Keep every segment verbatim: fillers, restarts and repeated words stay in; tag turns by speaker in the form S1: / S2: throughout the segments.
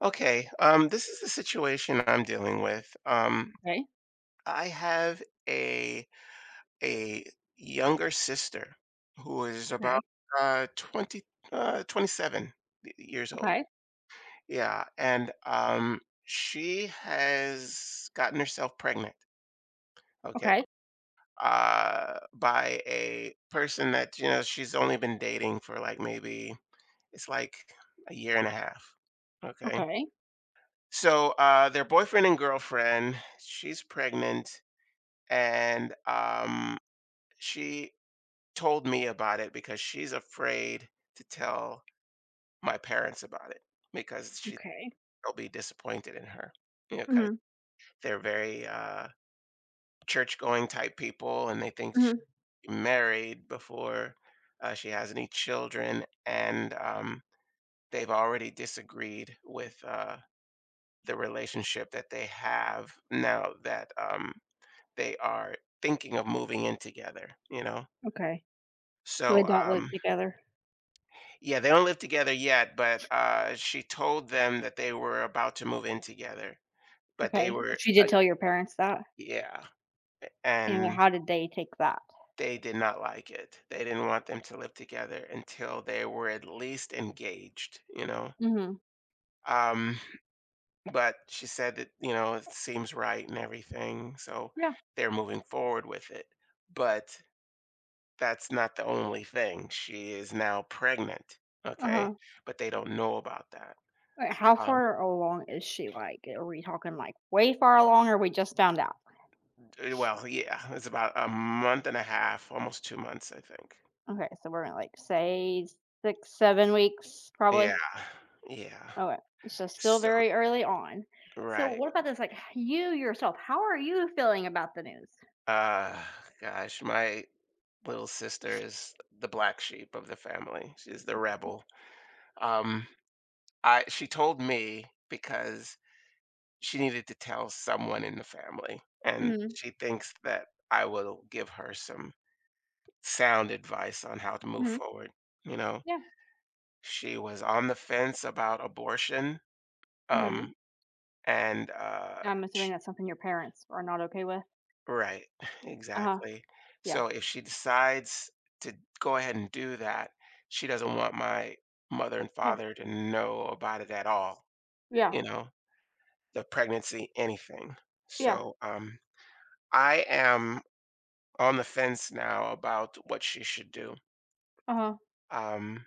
S1: Okay, um, this is the situation I'm dealing with. Um,
S2: Okay,
S1: I have a a younger sister who is about
S2: okay,
S1: uh, twenty, uh, twenty-seven years old.
S2: okay,
S1: Yeah, and um, she has gotten herself pregnant. Okay,
S2: okay,
S1: uh, by a person that you know she's only been dating for like maybe it's like a year and a half. Okay.
S2: okay,
S1: So, uh, their boyfriend and girlfriend, she's pregnant, and um, she told me about it because she's afraid to tell my parents about it because she
S2: okay.
S1: they'll be disappointed in her. You know, because
S2: Mhm,
S1: they're very uh, church-going type people, and they think she
S2: mhm,
S1: married before uh, she has any children, and um, they've already disagreed with uh, the relationship that they have now that um, they are thinking of moving in together, you know?
S2: okay. So they
S1: So,
S2: don't live
S1: um,
S2: together.
S1: yeah, they don't live together yet, but uh, she told them that they were about to move in together, but they
S2: Okay.
S1: were,
S2: She
S1: uh,
S2: did tell your parents that?
S1: yeah,
S2: And
S1: and
S2: how did they take that?
S1: they did not like it. They didn't want them to live together until they were at least engaged, you know?
S2: Mhm.
S1: Um, but she said that, you know, it seems right and everything, so
S2: Yeah,
S1: they're moving forward with it. But that's not the only thing. She is now pregnant, okay?
S2: uh-huh.
S1: But they don't know about that.
S2: How
S1: Um,
S2: far along is she? Like, are we talking, like, way far along or we just found out?
S1: eh, well, yeah, it's about a month and a half, almost two months, I think.
S2: Okay, so we're in, like, say, six, seven weeks
S1: Yeah,
S2: probably?
S1: yeah.
S2: Okay, so still
S1: So
S2: very early on. So
S1: right.
S2: what about this? Like, you yourself, how are you feeling about the news?
S1: Uh, gosh, my little sister is the black sheep of the family. She's the rebel. Um, I she told me because she needed to tell someone in the family, and
S2: Mhm,
S1: she thinks that I will give her some sound advice on how to move
S2: mhm,
S1: forward. You know,
S2: yeah,
S1: she was on the fence about abortion.
S2: mhm.
S1: Um, and uh,
S2: I'm
S1: sh
S2: assuming that's something your parents are not okay with.
S1: right,
S2: Uh-huh.
S1: exactly.
S2: Yeah.
S1: So if she decides to go ahead and do that, she doesn't want my mother and
S2: Yeah.
S1: father to know about it at all,
S2: Yeah.
S1: you know, the pregnancy, anything.
S2: Yeah.
S1: So um, I am on the fence now about what she should do.
S2: Uh-huh.
S1: Um,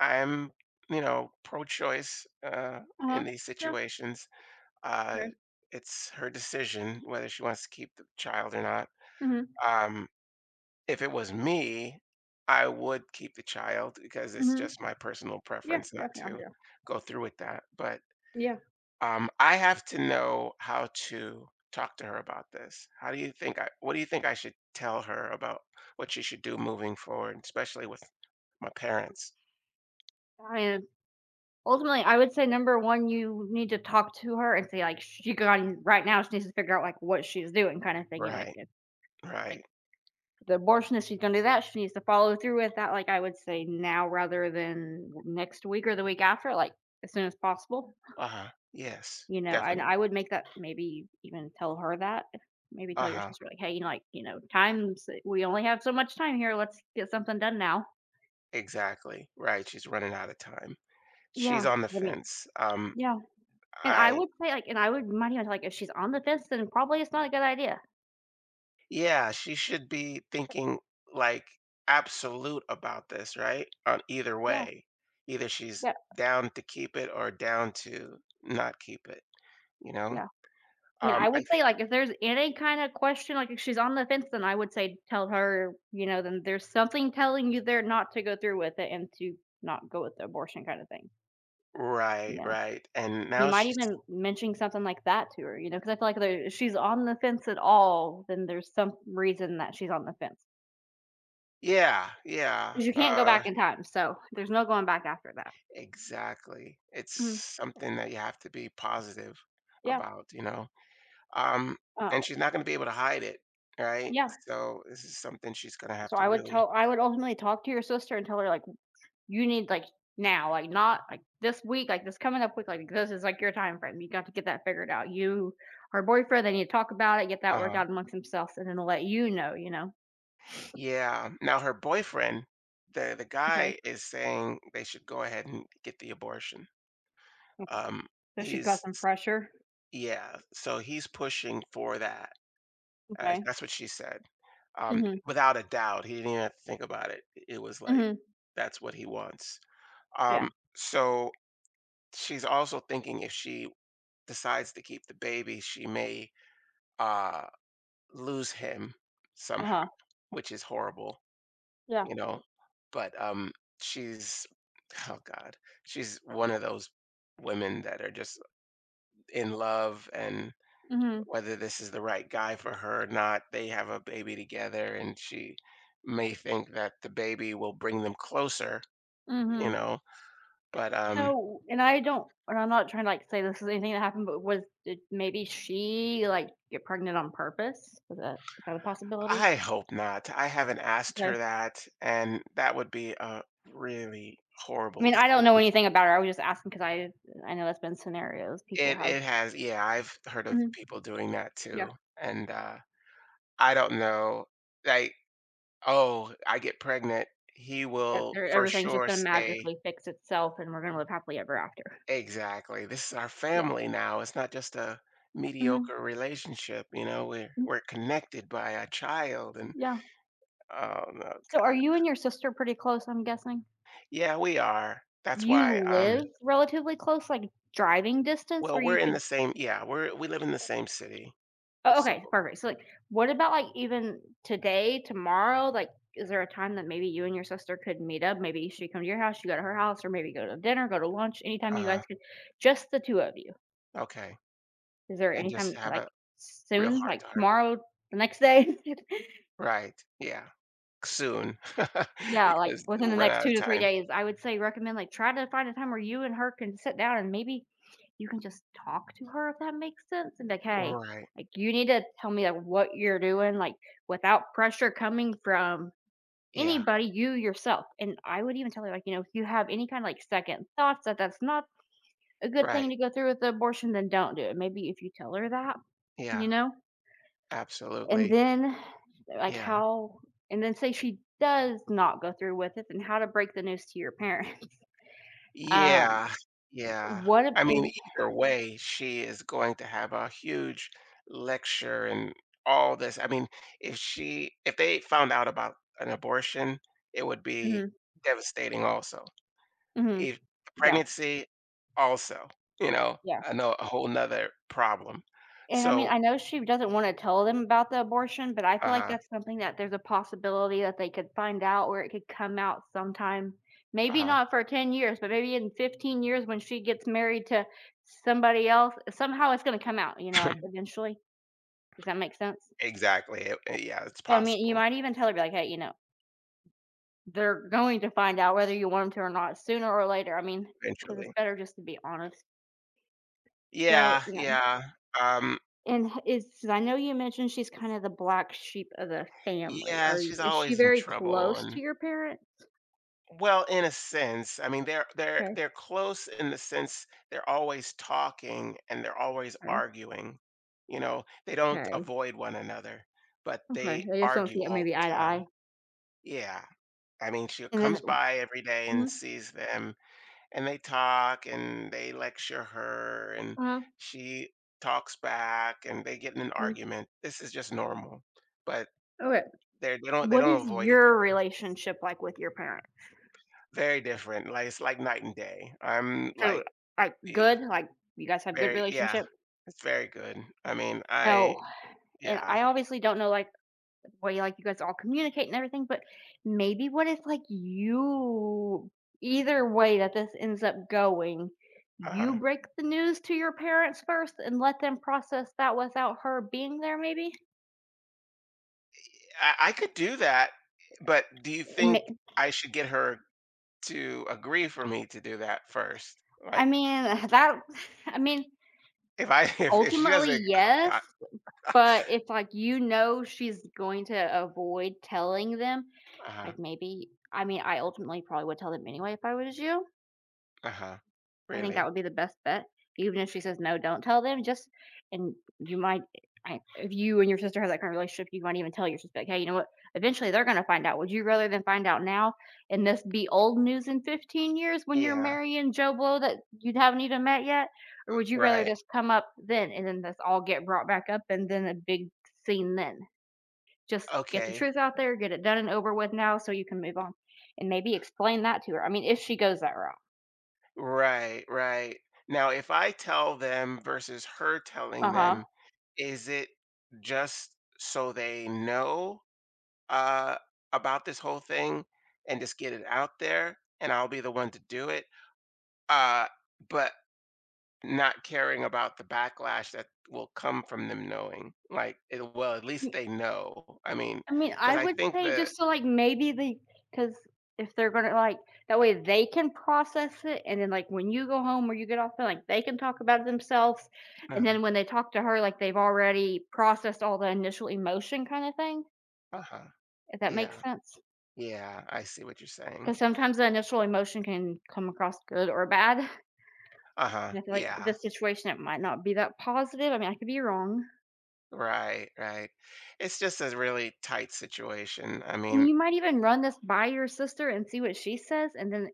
S1: I'm, you know, pro-choice uh, in
S2: Uh-huh.
S1: these
S2: Yeah.
S1: situations. Uh,
S2: Okay.
S1: it's her decision whether she wants to keep the child or not.
S2: Mhm.
S1: Um, if it was me, I would keep the child because it's
S2: Mhm.
S1: just my personal
S2: Yeah.
S1: preference
S2: Yeah.
S1: not
S2: Yeah.
S1: to
S2: Yeah.
S1: go through with that. But
S2: Yeah.
S1: um, I have to know how to talk to her about this. How do you think I, what do you think I should tell her about what she should do moving forward, especially with my parents?
S2: I am Ultimately, I would say number one, you need to talk to her and say, like, she got right now she needs to figure out, like, what she's doing, kind of thing. You Like,
S1: Right,
S2: if, like,
S1: right.
S2: the abortion, if she's gonna do that, she needs to follow through with that. Like, I would say now rather than next week or the week after, like as soon as possible.
S1: Uh-huh. Yes,
S2: You know, and
S1: definitely.
S2: I would make that maybe even tell her that. Maybe tell your
S1: Uh-huh.
S2: sister like, "Hey, you know, like, you know, times we only have so much time here. Let's get something done now."
S1: Exactly. Right, she's running out of time.
S2: Yeah,
S1: She's on the
S2: 'cause I mean,
S1: fence. Um,
S2: yeah, and I
S1: I
S2: would say, like, and I would remind you, like, if she's on the fence, then probably it's not a good idea.
S1: yeah, she should be thinking, like, absolute about this, right? On either
S2: Yeah,
S1: way. Either she's
S2: yeah,
S1: down to keep it or down to not keep it, you know?
S2: yeah. I mean, I
S1: Um, I
S2: would say, like, if there's any kinda question, like, if she's on the fence, then I would say tell her, you know, then there's something telling you there not to go through with it and to not go with the abortion kinda thing. You
S1: right,
S2: know?
S1: right, and
S2: You
S1: now
S2: might
S1: she's
S2: even mention something like that to her, you know, because I feel like there if she's on the fence at all, then there's some reason that she's on the fence.
S1: yeah, yeah,
S2: Because you can't go
S1: uh,
S2: back in time, so there's no going back after that.
S1: exactly. It's
S2: Mhm,
S1: something that you have to be positive
S2: yeah,
S1: about, you know? um,
S2: um,
S1: and she's not going to be able to hide it, right?
S2: yeah.
S1: So this is something she's going to have
S2: So
S1: to
S2: I would
S1: really.
S2: tell I would ultimately talk to your sister and tell her, like, "You need, like, now, like, not, like, this week, like, this coming up week, like, this is, like, your time frame. You got to get that figured out. You Her boyfriend, they need to talk about it, get that worked
S1: Uh,
S2: out amongst themselves, and then let you know," you know?
S1: yeah. Now her boyfriend, the the
S2: Okay,
S1: guy, is saying they should go ahead and get the abortion.
S2: okay.
S1: Um,
S2: So she's got
S1: he's
S2: some pressure.
S1: yeah. So he's pushing for that. Uh,
S2: Okay.
S1: that's what she said. Um,
S2: Mhm,
S1: without a doubt, he didn't even have to think about it. It was like
S2: mhm.
S1: that's what he wants.
S2: Yeah,
S1: Um, so she's also thinking if she decides to keep the baby, she may uh lose him somehow,
S2: uh-huh,
S1: which is horrible,
S2: yeah,
S1: you know? But um she's oh god, she's one of those women that are just in love and
S2: mhm,
S1: whether this is the right guy for her or not, they have a baby together and she may think that the baby will bring them closer, you
S2: mhm.
S1: know, but um
S2: So, and I don't and I'm not trying to, like, say this is anything that happened, but was did maybe she, like, get pregnant on purpose? Was that Is that a possibility?
S1: I hope not. I haven't asked
S2: Okay.
S1: her that and that would be a really
S2: I
S1: horrible
S2: mean, I don't know
S1: decision.
S2: anything about her, I was just asking because I I know that's been scenarios people
S1: It
S2: have.
S1: it has, yeah, I've heard of
S2: Mhm,
S1: people doing that
S2: yeah,
S1: too, and, uh, I don't know, like, "Oh, I get pregnant, he
S2: that
S1: will
S2: their
S1: for
S2: everything's just
S1: sure
S2: gonna
S1: stay,"
S2: magically fix itself and we're gonna live happily ever after.
S1: exactly, "This is our
S2: Yeah,
S1: family now, it's not just a
S2: mhm,
S1: mediocre relationship, you know, we're
S2: mm,
S1: we're connected by a child," and
S2: yeah.
S1: oh, no,
S2: So are
S1: god.
S2: you and your sister pretty close, I'm guessing?
S1: Yeah, we are. That's
S2: You
S1: why, um
S2: live relatively close, like, driving distance
S1: well,
S2: where
S1: we're
S2: you
S1: in
S2: could.
S1: the same, yeah, we're we live in the same city,
S2: Oh,
S1: so
S2: okay, perfect. So, like, what about, like, even today, tomorrow? Like, is there a time that maybe you and your sister could meet up? Maybe she come to your house, you go to her house, or maybe go to dinner, go to lunch, anytime you guys
S1: uh
S2: could, just the two of you.
S1: okay,
S2: Is there
S1: and
S2: any time,
S1: just have
S2: like,
S1: a real
S2: soon, like
S1: heart-to-heart.
S2: tomorrow, the next day?
S1: Right, yeah. Soon
S2: Yeah, like,
S1: because
S2: within
S1: we'll
S2: the
S1: run
S2: next
S1: out of
S2: two to three
S1: time.
S2: days, I would say recommend, like, try to find a time where you and her can sit down and maybe you can just talk to her, if that makes sense, and be like, "Hey,
S1: Right.
S2: like, you need to tell me, like, what you're doing, like, without pressure coming from
S1: Yeah.
S2: anybody, you yourself." And I would even tell her, like, you know, "If you have any kind of, like, second thoughts that that's not a good thing
S1: Right.
S2: to go through with the abortion, then don't do it." Maybe if you tell her that, you
S1: Yeah.
S2: know? And
S1: Absolutely.
S2: then like,
S1: Yeah.
S2: how and then say she does not go through with it, then how to break the news to your parents. Um,
S1: Yeah. Yeah.
S2: what ab
S1: I mean,
S2: and
S1: either way, she is going to have a huge lecture and all this. I mean, if she, if they found out about an abortion, it would be
S2: Mhm,
S1: devastating also.
S2: mhm,
S1: If
S2: yeah,
S1: pregnancy, also, you know,
S2: yeah.
S1: I know a whole nother problem.
S2: And I mean,
S1: So,
S2: I know she doesn't wanna tell them about the abortion, but I
S1: uh
S2: feel like
S1: huh,
S2: that's something that there's a possibility that they could find out or it could come out sometime. Maybe
S1: uh
S2: not for ten years, but maybe in fifteen years when she gets married to somebody else, somehow it's gonna come out, you know,
S1: huh.
S2: like, eventually. Does that make sense?
S1: Exactly, it eh, yeah, it's
S2: So, I mean, you
S1: possible,
S2: might even tell her, be like, "Hey, you know, they're going to find out whether you want them to or not sooner or later, I mean, because
S1: eventually.
S2: it's better just to be honest." So,
S1: Yeah,
S2: yeah,
S1: yeah, um,
S2: and h is I know you mentioned she's kind of the black sheep of the family.
S1: yeah,
S2: Are y
S1: she's
S2: Is she
S1: always in
S2: very
S1: trouble,
S2: close
S1: and
S2: to your parents?
S1: well, in a sense, I mean, they're they're
S2: Okay,
S1: they're close in the sense they're always talking and they're always
S2: okay,
S1: arguing, you know? They don't
S2: okay,
S1: avoid one another, but
S2: okay.
S1: they
S2: I just don't
S1: argue
S2: see it
S1: all
S2: maybe
S1: the
S2: eye to
S1: time.
S2: eye.
S1: Yeah, I mean, she
S2: And then
S1: comes by every day
S2: Mhm,
S1: and sees them, and they talk and they lecture her and
S2: uh,
S1: she talks back and they get in an
S2: mhm.
S1: argument. This is just normal, but
S2: Okay.
S1: they're, they don't they
S2: What
S1: don't
S2: is
S1: avoid each
S2: your
S1: other.
S2: relationship like with your parents?
S1: Very different. Like it's like night and day. I'm
S2: So,
S1: like
S2: like,
S1: the
S2: good? Like, you guys have good
S1: very yeah.
S2: relationship?
S1: It's very good. I mean, I
S2: So, and
S1: yeah.
S2: I obviously don't know, like, way like you guys all communicate and everything, but maybe what if like you either way that this ends up going, you
S1: Uh,
S2: break the news to your parents first and let them process that without her being there maybe?
S1: I, I could do that, but do you
S2: And
S1: think
S2: ma-
S1: I should get her to agree for me to do that first?
S2: I
S1: Like
S2: mean, that I mean,
S1: if I if, if she
S2: ultimately
S1: doesn't, oh
S2: yes,
S1: God,
S2: but if like you know she's going to avoid telling them,
S1: uh-huh.
S2: like maybe, I mean, I ultimately probably would tell them anyway if I was you.
S1: Uh-huh.
S2: I think that
S1: Really?
S2: would be the best bet. Even if she says, "No, don't tell them," just and you might I, if you and your sister have that kind of relationship, you might even tell your sister, like, "Hey, you know what? Eventually, they're going to find out. Would you rather than find out now and this be old news in fifteen years when you're
S1: Yeah.
S2: marrying Joe Blow that you haven't even met yet, or would you rather
S1: Right.
S2: this come up then and then this all get brought back up and then a big scene then? Just get the
S1: Okay.
S2: truth out there, get it done and over with now, so you can move on," and maybe explain that to her. I mean, if she goes that route.
S1: Right, right. Now, if I tell them versus her telling
S2: Uh huh.
S1: them, is it just so they know uh, about this whole thing and just get it out there, and I'll be the one to do it, uh, but not caring about the backlash that will come from them knowing? Like, it, well, at least they know. I mean,
S2: I mean,
S1: because
S2: I
S1: I
S2: would
S1: think
S2: say
S1: that,
S2: just so, like, maybe the because if they're gonna, like, that way they can process it, and then, like, when you go home or you get off there, like, they can talk about it themselves, and
S1: uh-huh.
S2: then when they talk to her, like, they've already processed all the initial emotion kinda thing,
S1: Uh-huh,
S2: if that makes
S1: yeah.
S2: sense,
S1: Yeah, I see what you're saying.
S2: because sometimes the initial emotion can come across good or bad,
S1: Uh-huh.
S2: and I feel like
S1: Yeah.
S2: this situation, it might not be that positive, I mean, I could be wrong.
S1: Right, right. It's just a really tight situation. I
S2: And
S1: mean,
S2: you might even run this by your sister and see what she says, and then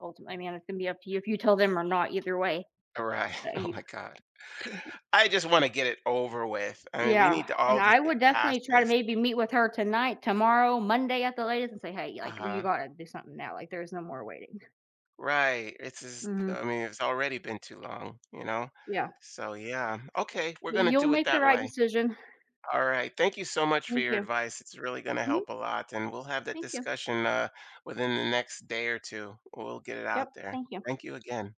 S2: ultimately, I mean, it's gonna be up to you if you tell them or not, either way.
S1: right.
S2: Uh,
S1: Oh
S2: you
S1: my God. I just want to get it over with. I mean, we
S2: Yeah,
S1: need to
S2: and
S1: all just
S2: I would
S1: get past
S2: definitely try to
S1: this.
S2: maybe meet with her tonight, tomorrow, Monday at the latest and say, "Hey, like, you
S1: Uh-huh.
S2: gotta do something now, like, there's no more waiting."
S1: Right. It's just, I
S2: Mhm,
S1: mean, it's already been too long, you know?
S2: yeah,
S1: So yeah. Okay, we're
S2: but
S1: gonna
S2: you'll
S1: do it
S2: make the
S1: that
S2: right
S1: way.
S2: decision.
S1: All right. Thank you so much for
S2: Thank
S1: your
S2: you.
S1: advice. It's really going to
S2: Mhm,
S1: help a lot. And we'll have that
S2: thank you.
S1: discussion uh, within the next day or two. We'll get it
S2: Yep,
S1: out there.
S2: thank you.
S1: Thank you again.